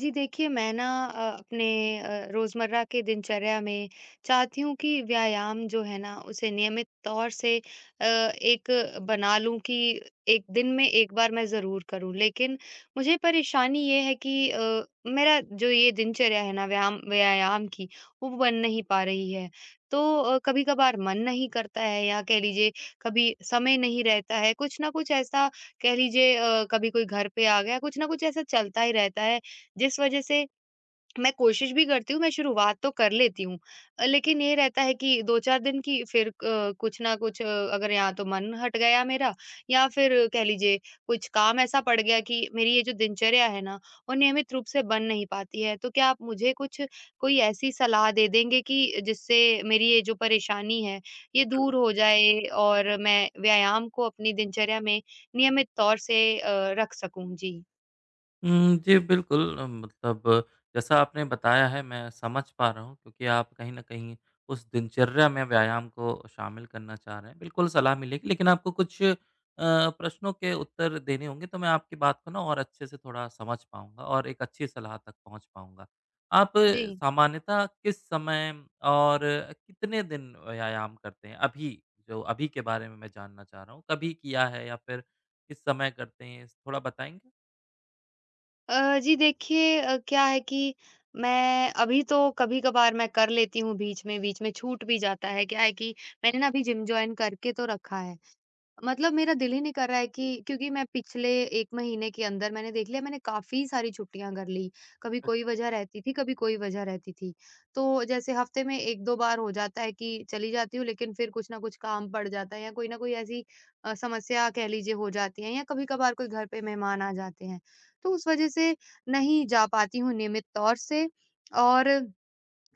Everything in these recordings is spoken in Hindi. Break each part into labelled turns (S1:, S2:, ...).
S1: जी देखिए, मैं ना अपने रोज़मर्रा के दिनचर्या में चाहती हूँ कि व्यायाम जो है ना उसे नियमित तौर से एक बना लूँ कि एक दिन में एक बार मैं ज़रूर करूँ। लेकिन मुझे परेशानी ये है कि मेरा जो ये दिनचर्या है ना व्यायाम व्यायाम की वो बन नहीं पा रही है। तो कभी-कभार मन नहीं करता है या कह लीजिए कभी समय नहीं रहता है। कुछ ना कुछ ऐसा कह लीजिए कभी कोई घर पे आ गया, कुछ ना कुछ ऐसा चलता ही रहता है जिस वजह से मैं कोशिश भी करती हूँ, मैं शुरुआत तो कर लेती हूँ। लेकिन ये रहता है कि 2-4 दिन की फिर क कुछ ना कुछ अगर या तो मन हट गया मेरा या फिर कह लीजिए कुछ काम ऐसा पड़ गया कि मेरी ये जो दिनचर्या है ना, वो नियमित रूप से बन नहीं पाती है। तो क्या आप मुझे कुछ कोई ऐसी सलाह दे देंगे कि जिससे मेरी ये जो परेशानी है, ये दूर हो जाए और मैं व्यायाम को अपनी दिनचर्या में नियमित तौर से रख सकूँ? जी।
S2: हुँ, जी, बिल्कुल, मतलब, जैसा आपने बताया है मैं समझ पा रहा हूँ, क्योंकि आप कहीं न कहीं उस दिनचर्या में व्यायाम को शामिल करना चाह रहे हैं। बिल्कुल सलाह मिलेगी, लेकिन आपको कुछ प्रश्नों के उत्तर देने होंगे, तो मैं आपकी बात को ना और अच्छे से थोड़ा समझ पाऊँगा और एक अच्छी सलाह तक पहुँच पाऊँगा। आप
S1: जी।
S2: सामान्यतः किस समय और कितने दिन व्यायाम करते हैं? अभी जो अभी के बारे में मैं जानना चाह रहा हूँ। कभी किया है या फिर किस समय करते हैं? थोड़ा बताएँगे?
S1: जी देखिए क्या है कि मैं अभी तो कभी-कभार मैं कर लेती हूँ बीच में छूट भी जाता है। क्या है कि मैंने ना अभी जिम जॉइन करके तो रखा है, मतलब मेरा दिल ही नहीं कर रहा है कि क्योंकि मैं पिछले 1 महीने के अंदर मैंने देख लिया मैंने काफ़ी सारी छुट्टियाँ कर ली। कभी कोई वजह रहती थी, कभी कोई वजह रहती थी। तो जैसे हफ़्ते में 1-2 बार हो जाता है कि चली जाती हूँ लेकिन फिर कुछ ना कुछ काम पड़ जाता है या कोई ना कोई ऐसी समस्या कह लीजिए हो जाती है या कभी-कभार कोई घर पे मेहमान आ जाते हैं। तो उस वजह से नहीं जा पाती हूँ नियमित तौर से और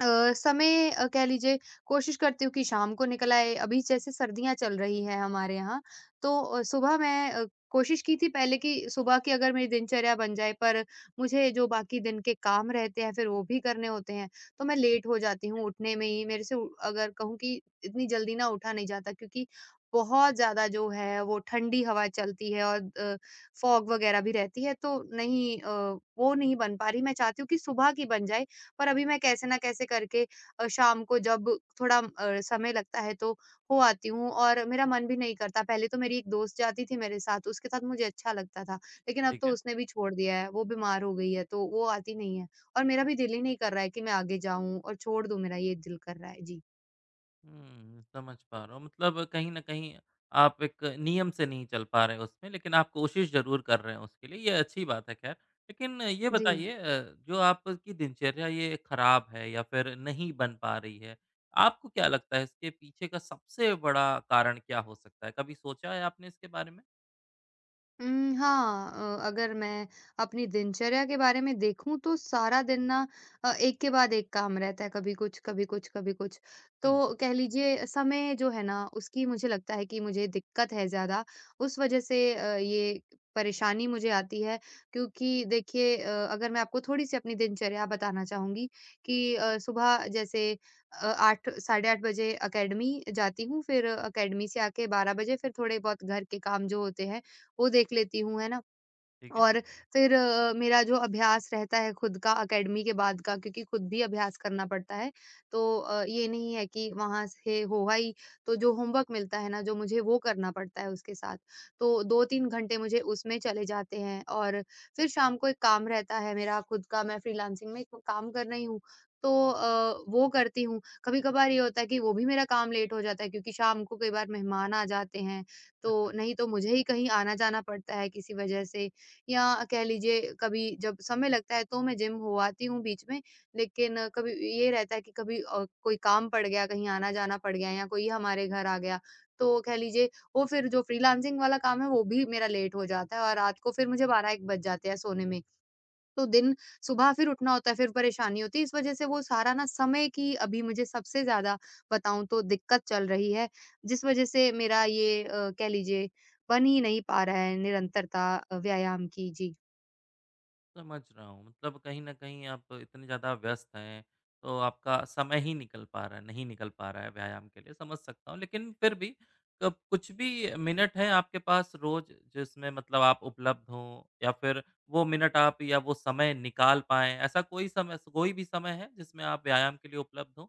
S1: समय कह लीजिए कोशिश करती हूँ कि शाम को निकल आए, अभी जैसे सर्दियाँ चल रही हैं हमारे यहाँ, तो सुबह मैं कोशिश की थी पहले कि सुबह की अगर मेरी दिनचर्या बन जाए, पर मुझे जो बाकी दिन के काम रहते हैं, फिर वो भी करने होते हैं, तो मैं लेट हो जाती हूँ उठने में ही। मेरे से उ अगर कहूँ कि इतनी जल्दी ना उठा नहीं जाता क्योंकि बहुत ज़्यादा जो है, वो ठंडी हवा चलती है और फॉग वगैरह भी रहती है, तो वो नहीं बन पा रही। मैं चाहती हूँ कि सुबह की बन जाए। पर अभी मैं कैसे न कैसे करके शाम को जब थोड़ा समय लगता है तो हो आती हूँ और मेरा मन भी नहीं करता। पहले तो मेरी एक दोस्त जाती थी मेरे साथ, उसके साथ मुझे अच्छा लगता था। लेकिन अब तो
S2: ठीक है।
S1: उसने भी छोड़ दिया है, वो बीमार हो गई है तो वो आती नहीं है और मेरा भी दिल ही नहीं कर रहा है कि मैं आगे जाऊँ और छोड़ दूँ मेरा ये दिल कर रहा है। जी।
S2: हुँ, समझ पा रहा हूँ। मतलब कहीं न कहीं आप एक नियम से नहीं चल पा रहे हैं उसमें, लेकिन आप कोशिश ज़रूर कर रहे हैं उसके लिए, ये अच्छी बात है ख़ैर। लेकिन ये
S1: जी।
S2: बताइए, जो आपकी दिनचर्या ये ख़राब है या फिर नहीं बन पा रही है, आपको क्या लगता है इसके पीछे का सबसे बड़ा कारण क्या हो सकता है? कभी सोचा है आपने इसके बारे में?
S1: हाँ, अगर मैं अपनी दिनचर्या के बारे में देखूँ तो सारा दिन ना एक के बाद एक काम रहता है, कभी कुछ, कभी कुछ, कभी कुछ।
S2: हुँ,
S1: तो कह लीजिए समय जो है ना उसकी मुझे लगता है कि मुझे दिक्कत है ज़्यादा, उस वज़ह से ये परेशानी मुझे आती है क्योंकि देखिए अगर मैं आपको थोड़ी-सी अपनी दिनचर्या बताना चाहूँगी कि सुबह जैसे अ, 8 साढ़े 8 बजे अकेडमी जाती हूँ, फिर अकेडमी से आके 12 बजे फिर थोड़े बहुत घर के काम जो होते हैं वो देख लेती हूँ, है ना?
S2: ठीक है।
S1: और फिर मेरा जो अभ्यास रहता है खुद का एकेडमी के बाद का क्योंकि खुद भी अभ्यास करना पड़ता है। तो ये नहीं है कि वहाँ से होगा ही, तो जो होमवर्क मिलता है ना जो मुझे वो करना पड़ता है उसके साथ। तो 2-3 घंटे मुझे उसमें चले जाते हैं और फिर शाम को एक काम रहता है मेरा खुद का मैं फ्रीलांसिंग में एक काम कर रही हूँ। तो वो करती हूँ। कभी-कभार ये होता है कि वो भी मेरा काम लेट हो जाता है क्योंकि शाम को कई बार मेहमान आ जाते हैं, तो नहीं तो मुझे ही कहीं आना-जाना पड़ता है किसी वजह से या कह लीजिए कभी जब समय लगता है तो मैं जिम हो आती हूँ बीच में। लेकिन कभी ये रहता है कि कभी कोई काम पड़ गया, कहीं आना-जाना पड़ गया या कोई हमारे घर आ गया, तो कह लीजिए वो फिर जो फ्रीलांसिंग वाला काम है वो भी मेरा लेट हो जाता है और रात को फिर मुझे 12-1 बज जाते हैं सोने में। तो दिन सुबह फिर उठना होता है, फिर परेशानी होती है। इस वज़ह से वो सारा ना समय की अभी मुझे सबसे ज़्यादा बताऊँ तो दिक्कत चल रही है, जिस वज़ह से मेरा ये कह लीजिए बन ही नहीं पा रहा है निरंतरता व्यायाम की। जी।
S2: समझ रहा हूँ। मतलब कहीं न कहीं आप इतने ज़्यादा व्यस्त हैं, तो आपका समय ही निकल पा रहा है, नहीं निकल पा रहा है व्यायाम के लिए, समझ सकता हूँ। लेकिन फिर भी कब कुछ भी मिनट है आपके पास रोज़ जिसमें मतलब आप उपलब्ध हों, या फिर वो मिनट आप या वो समय निकाल पाएँ, ऐसा कोई समय, कोई भी समय है जिसमें आप व्यायाम के लिए उपलब्ध हों?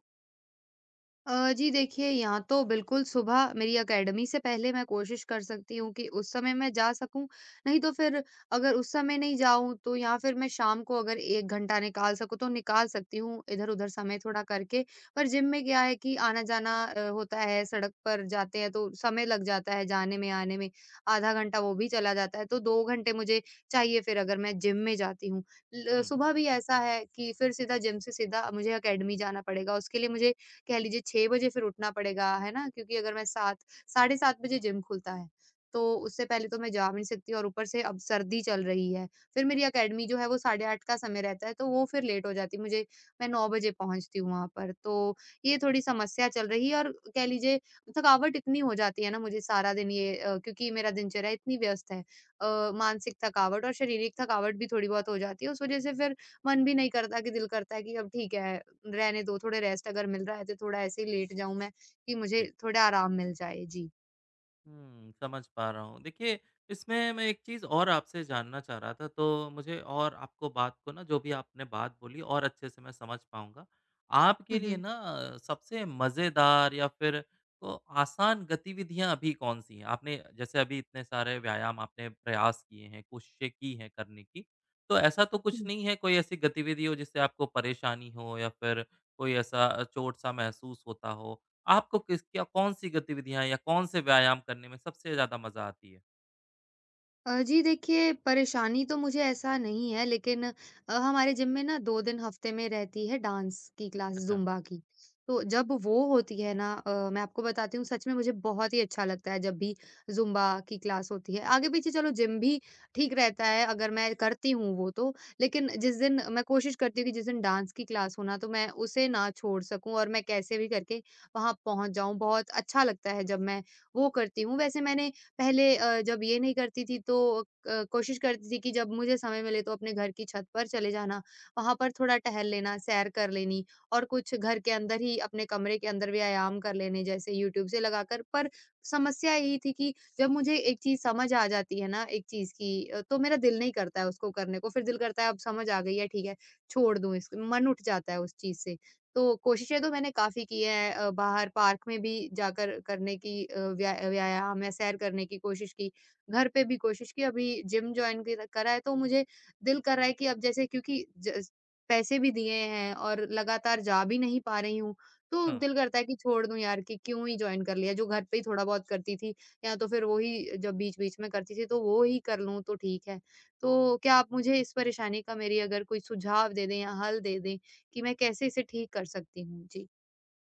S1: जी देखिए यहाँ तो बिल्कुल सुबह मेरी एकेडमी से पहले मैं कोशिश कर सकती हूँ कि उस समय मैं जा सकूँ, नहीं तो फिर अगर उस समय नहीं जाऊँ तो या फिर मैं शाम को अगर 1 घंटा निकाल सकूँ तो निकाल सकती हूँ इधर-उधर समय थोड़ा करके। पर जिम में क्या है कि आना-जाना होता है, सड़क पर जाते हैं तो समय लग जाता है जाने में, आने में, आधा घंटा वो भी चला जाता है, तो 2 घंटे मुझे चाहिए फिर अगर मैं जिम में जाती हूँ। ल
S2: हुँ।
S1: सुबह भी ऐसा है कि फिर सीधा जिम से सीधा मुझे एकेडमी जाना पड़ेगा, उसके लिए मुझे कह लीजिए 6 बजे फिर उठना पड़ेगा, है ना? क्योंकि अगर मैं 7 साढ़े 7 बजे जिम खुलता है, तो उससे पहले तो मैं जा भी नहीं सकती और ऊपर से अब सर्दी चल रही है। फिर मेरी अकेडमी जो है वो साढ़े 8 का समय रहता है, तो वो फिर लेट हो जाती है मुझे मैं 9 बजे पहुँचती हूँ वहाँ पर। तो ये थोड़ी समस्या चल रही है और कह लीजिए थकावट इतनी हो जाती है ना मुझे सारा दिन ये क्योंकि मेरा दिनचर्या इतनी व्यस्त है। मानसिक थकावट और शारीरिक थकावट भी थोड़ी बहुत हो जाती है, उस वजह से फिर मन भी नहीं करता कि दिल करता है कि अब ठीक है रहने दो, थोड़े रेस्ट अगर मिल रहा है तो थोड़ा ऐसे ही लेट जाऊँ मैं, कि मुझे थोड़ा आराम मिल जाए। जी।
S2: हुँ, समझ पा रहा हूँ। देखिए, इसमें मैं एक चीज़ और आपसे जानना चाह रहा था, तो मुझे और आपको बात को ना, जो भी आपने बात बोली और अच्छे से मैं समझ पाऊँगा।
S1: हुँ,
S2: आपके लिए
S1: हुँ।
S2: ना सबसे मज़ेदार या फिर को आसान गतिविधियाँ अभी कौन-सी हैं? आपने जैसे अभी इतने सारे व्यायाम आपने प्रयास किए हैं, कोशिशें की हैं करने की, तो ऐसा तो कुछ नहीं है कोई ऐसी गतिविधि हो जिससे आपको परेशानी हो, या फिर कोई ऐसा चोट-सा महसूस होता हो? आपको किस क्या कौन-सी गतिविधियाँ या कौन से व्यायाम करने में सबसे ज़्यादा मज़ा आती है?
S1: जी देखिए, परेशानी तो मुझे ऐसा नहीं है लेकिन हमारे जिम में ना 2 दिन हफ्ते में रहती है डांस की क्लास
S2: अच्छा।
S1: ज़ुम्बा की। तो जब वो होती है ना मैं आपको बताती हूँ सच में मुझे बहुत ही अच्छा लगता है जब भी ज़ुम्बा की क्लास होती है। आगे-पीछे चलो जिम भी ठीक रहता है अगर मैं करती हूँ वो तो, लेकिन जिस दिन मैं कोशिश करती हूँ कि जिस दिन डांस की क्लास हो ना तो मैं उसे ना छोड़ सकूँ और मैं कैसे भी करके वहाँ पहुँच जाऊँ। बहुत अच्छा लगता है जब मैं वो करती हूँ। वैसे मैंने पहले जब ये नहीं करती थी तो कोशिश करती थी कि जब मुझे समय मिले तो अपने घर की छत पर चले जाना, वहाँ पर थोड़ा टहल लेना, सैर कर लेनी और कुछ घर के अंदर ही अपने कमरे के अंदर व्यायाम कर लेने जैसे यूट्यूब से लगाकर। पर समस्या यही थी कि जब मुझे एक चीज़ समझ आ जाती है ना एक चीज़ की तो मेरा दिल नहीं करता है उसको करने को, फिर दिल करता है अब समझ आ गई है ठीक है, छोड़ दूँ इसको मन उठ जाता है उस चीज़ से। तो कोशिशें तो मैंने काफ़ी की हैं बाहर पार्क में भी जाकर करने की व्यायाम या सैर करने की कोशिश की। घर पे भी कोशिश की, अभी जिम जॉइन किर करा है तो मुझे दिल कर रहा है कि अब जैसे क्योंकि ज पैसे भी दिए हैं और लगातार जा भी नहीं पा रही हूँ, तो
S2: हाँ।
S1: दिल करता है कि छोड़ दूँ यार कि क्यों ही जॉइन कर लिया, जो घर पे ही थोड़ा बहुत करती थी या तो फिर वो ही जब बीच-बीच में करती थी तो वो ही कर लूँ तो ठीक है। तो क्या आप मुझे इस परेशानी का मेरी अगर कोई सुझाव दे दें या हल दे दें कि मैं कैसे इसे ठीक कर सकती हूँ? जी।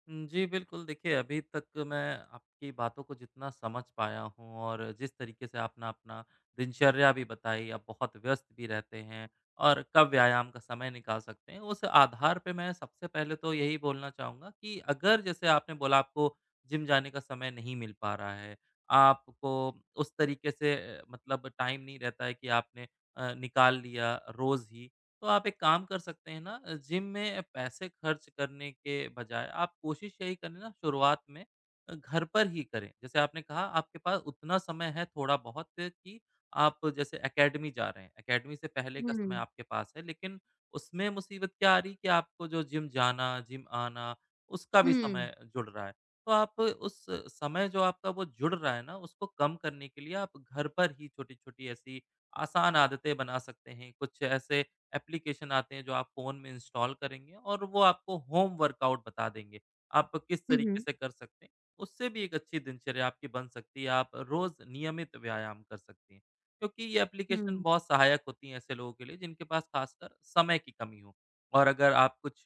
S2: हुँ, जी, बिल्कुल। देखिए, अभी तक मैं आपकी बातों को जितना समझ पाया हूँ और जिस तरीके से आपने अपना दिनचर्या भी बताई, आप बहुत व्यस्त भी रहते हैं और कब व्यायाम का समय निकाल सकते हैं, उस आधार पे मैं सबसे पहले तो यही बोलना चाहूँगा, कि अगर जैसे आपने बोला आपको जिम जाने का समय नहीं मिल पा रहा है, आपको उस तरीके से मतलब टाइम नहीं रहता है कि आपने निकाल लिया रोज़ ही, तो आप एक काम कर सकते हैं ना, जिम में पैसे खर्च करने के बजाय आप कोशिश यही करें ना शुरुआत में, घर पर ही करें। जैसे आपने कहा आपके पास उतना समय है थोड़ा बहुत, कि आप जैसे एकेडमी जा रहे हैं, एकेडमी से पहले
S1: हुँ,
S2: का समय
S1: हुँ।
S2: आपके पास है, लेकिन उसमें मुसीबत क्या आ रही है कि आपको जो जिम जाना, जिम आना, उसका भी समय जुड़ रहा है। तो आप उस समय जो आपका वो जुड़ रहा है ना, उसको कम करने के लिए आप घर पर ही छोटी-छोटी ऐसी आसान आदतें बना सकते हैं। कुछ ऐसे एप्लीकेशन आते हैं जो आप फ़ोन में इंस्टॉल करेंगे और वो आपको होम वर्कआउट बता देंगे। आप किस
S1: हुँ,
S2: तरीके
S1: हुँ।
S2: से कर सकते हैं। उससे भी एक अच्छी दिनचर्या आपकी बन सकती है। आप रोज़ नियमित व्यायाम कर सकती हैं, क्योंकि ये
S1: हुँ,
S2: एप्लीकेशन
S1: हुँ,
S2: बहुत सहायक होती हैं ऐसे लोगों के लिए जिनके पास ख़ासकर समय की कमी हो। और अगर आप कुछ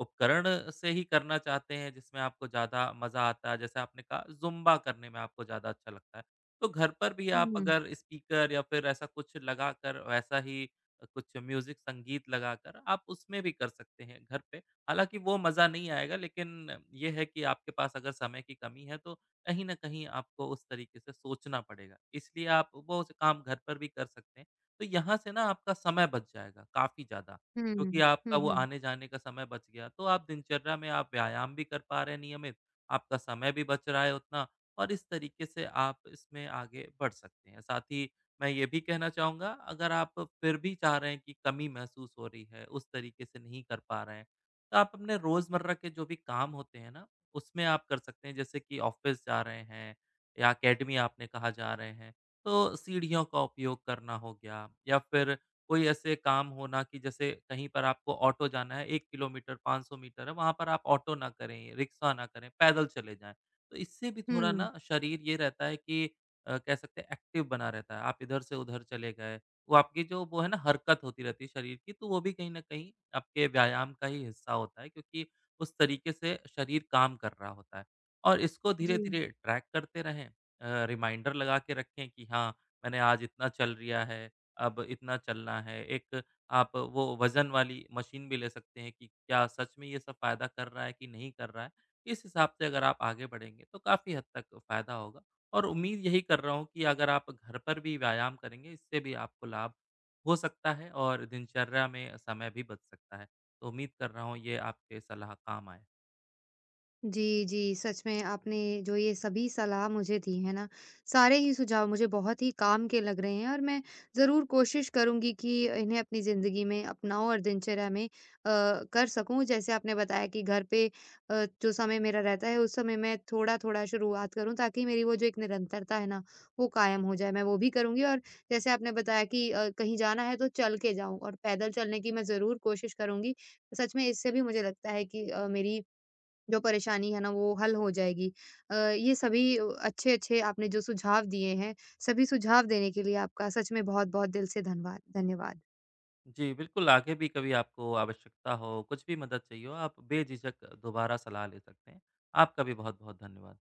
S2: उपकरण से ही करना चाहते हैं जिसमें आपको ज़्यादा मज़ा आता है, जैसे आपने कहा ज़ुम्बा करने में आपको ज़्यादा अच्छा लगता है, तो घर पर भी आप
S1: हुँ,
S2: अगर स्पीकर या फिर ऐसा कुछ लगाकर वैसा ही कुछ म्यूज़िक संगीत लगाकर आप उसमें भी कर सकते हैं घर पे। हालाँकि वो मज़ा नहीं आएगा, लेकिन ये है कि आपके पास अगर समय की कमी है, तो कहीं न कहीं आपको उस तरीके से सोचना पड़ेगा। इसलिए आप वो स काम घर पर भी कर सकते हैं। तो यहाँ से ना आपका समय बच जाएगा काफ़ी ज़्यादा,
S1: हुँ,
S2: क्योंकि
S1: हुँ, हुँ,
S2: आपका वो
S1: हुँ,
S2: आने-जाने का समय बच गया। तो आप दिनचर्या में आप व्यायाम भी कर पा रहे हैं नियमित, आपका समय भी बच रहा है उतना, और इस तरीके से आप इसमें आगे बढ़ सकते हैं। साथ ही मैं ये भी कहना चाहूँगा, अगर आप फिर भी चाह रहे हैं कि कमी महसूस हो रही है, उस तरीके से नहीं कर पा रहे हैं, तो आप अपने रोज़मर्रा के जो भी काम होते हैं ना, उसमें आप कर सकते हैं, जैसे कि ऑफ़िस जा रहे हैं या अकेडमी आपने कहा जा रहे हैं, तो सीढ़ियों का उपयोग करना हो गया, या फिर कोई ऐसे काम होना कि जैसे कहीं पर आपको ऑटो जाना है, 1 किलोमीटर 500 मीटर है, वहाँ पर आप ऑटो ना करें, रिक्शा ना करें, पैदल चले जाएँ। तो इससे भी थोड़ा
S1: हुँ,
S2: ना शरीर ये रहता है कि कह सकते हैं एक्टिव बना रहता है। आप इधर से उधर चले गए, वो आपकी जो वो है ना हरकत होती रहती है शरीर की, तो वो भी कहीं न कहीं आपके व्यायाम का ही हिस्सा होता है, क्योंकि उस तरीके से शरीर काम कर रहा होता है। और इसको
S1: जी।
S2: धीरे-धीरे ट्रैक करते रहें, रिमाइंडर लगा के रखें कि हाँ, मैंने आज इतना चल लिया है, अब इतना चलना है। एक आप वो वज़न वाली मशीन भी ले सकते हैं कि क्या सच में ये सब फ़ायदा कर रहा है कि नहीं कर रहा है। इस हिसाब से अगर आप आगे बढ़ेंगे, तो काफ़ी हद तक फ़ायदा होगा। और उम्मीद यही कर रहा हूँ कि अगर आप घर पर भी व्यायाम करेंगे, इससे भी आपको लाभ हो सकता है और दिनचर्या में समय भी बच सकता है। तो उम्मीद कर रहा हूँ ये आपके सलाह काम आए।
S1: जी, जी। सच में आपने जो ये सभी सलाह मुझे दी है ना, सारे ही सुझाव मुझे बहुत ही काम के लग रहे हैं और मैं ज़रूर कोशिश करूँगी कि इन्हें अपनी ज़िंदगी में अपनाऊँ और दिनचर्या में कर सकूँ। जैसे आपने बताया कि घर पे जो समय मेरा रहता है उस समय मैं थोड़ा-थोड़ा शुरुआत करूँ ताकि मेरी वो जो एक निरंतरता है ना, वो कायम हो जाए। मैं वो भी करूँगी और जैसे आपने बताया कि कहीं जाना है तो चल के जाऊँ और पैदल चलने की मैं ज़रूर कोशिश करूँगी। सच में इससे भी मुझे लगता है कि मेरी जो परेशानी है ना वो हल हो जाएगी। ये सभी अच्छे-अच्छे आपने जो सुझाव दिए हैं, सभी सुझाव देने के लिए आपका सच में बहुत-बहुत दिल से धनवाद धन्यवाद।
S2: जी, बिल्कुल। आगे भी कभी आपको आवश्यकता हो, कुछ भी मदद चाहिए हो, आप बेझिझक दोबारा सलाह ले सकते हैं। आपका भी बहुत-बहुत धन्यवाद।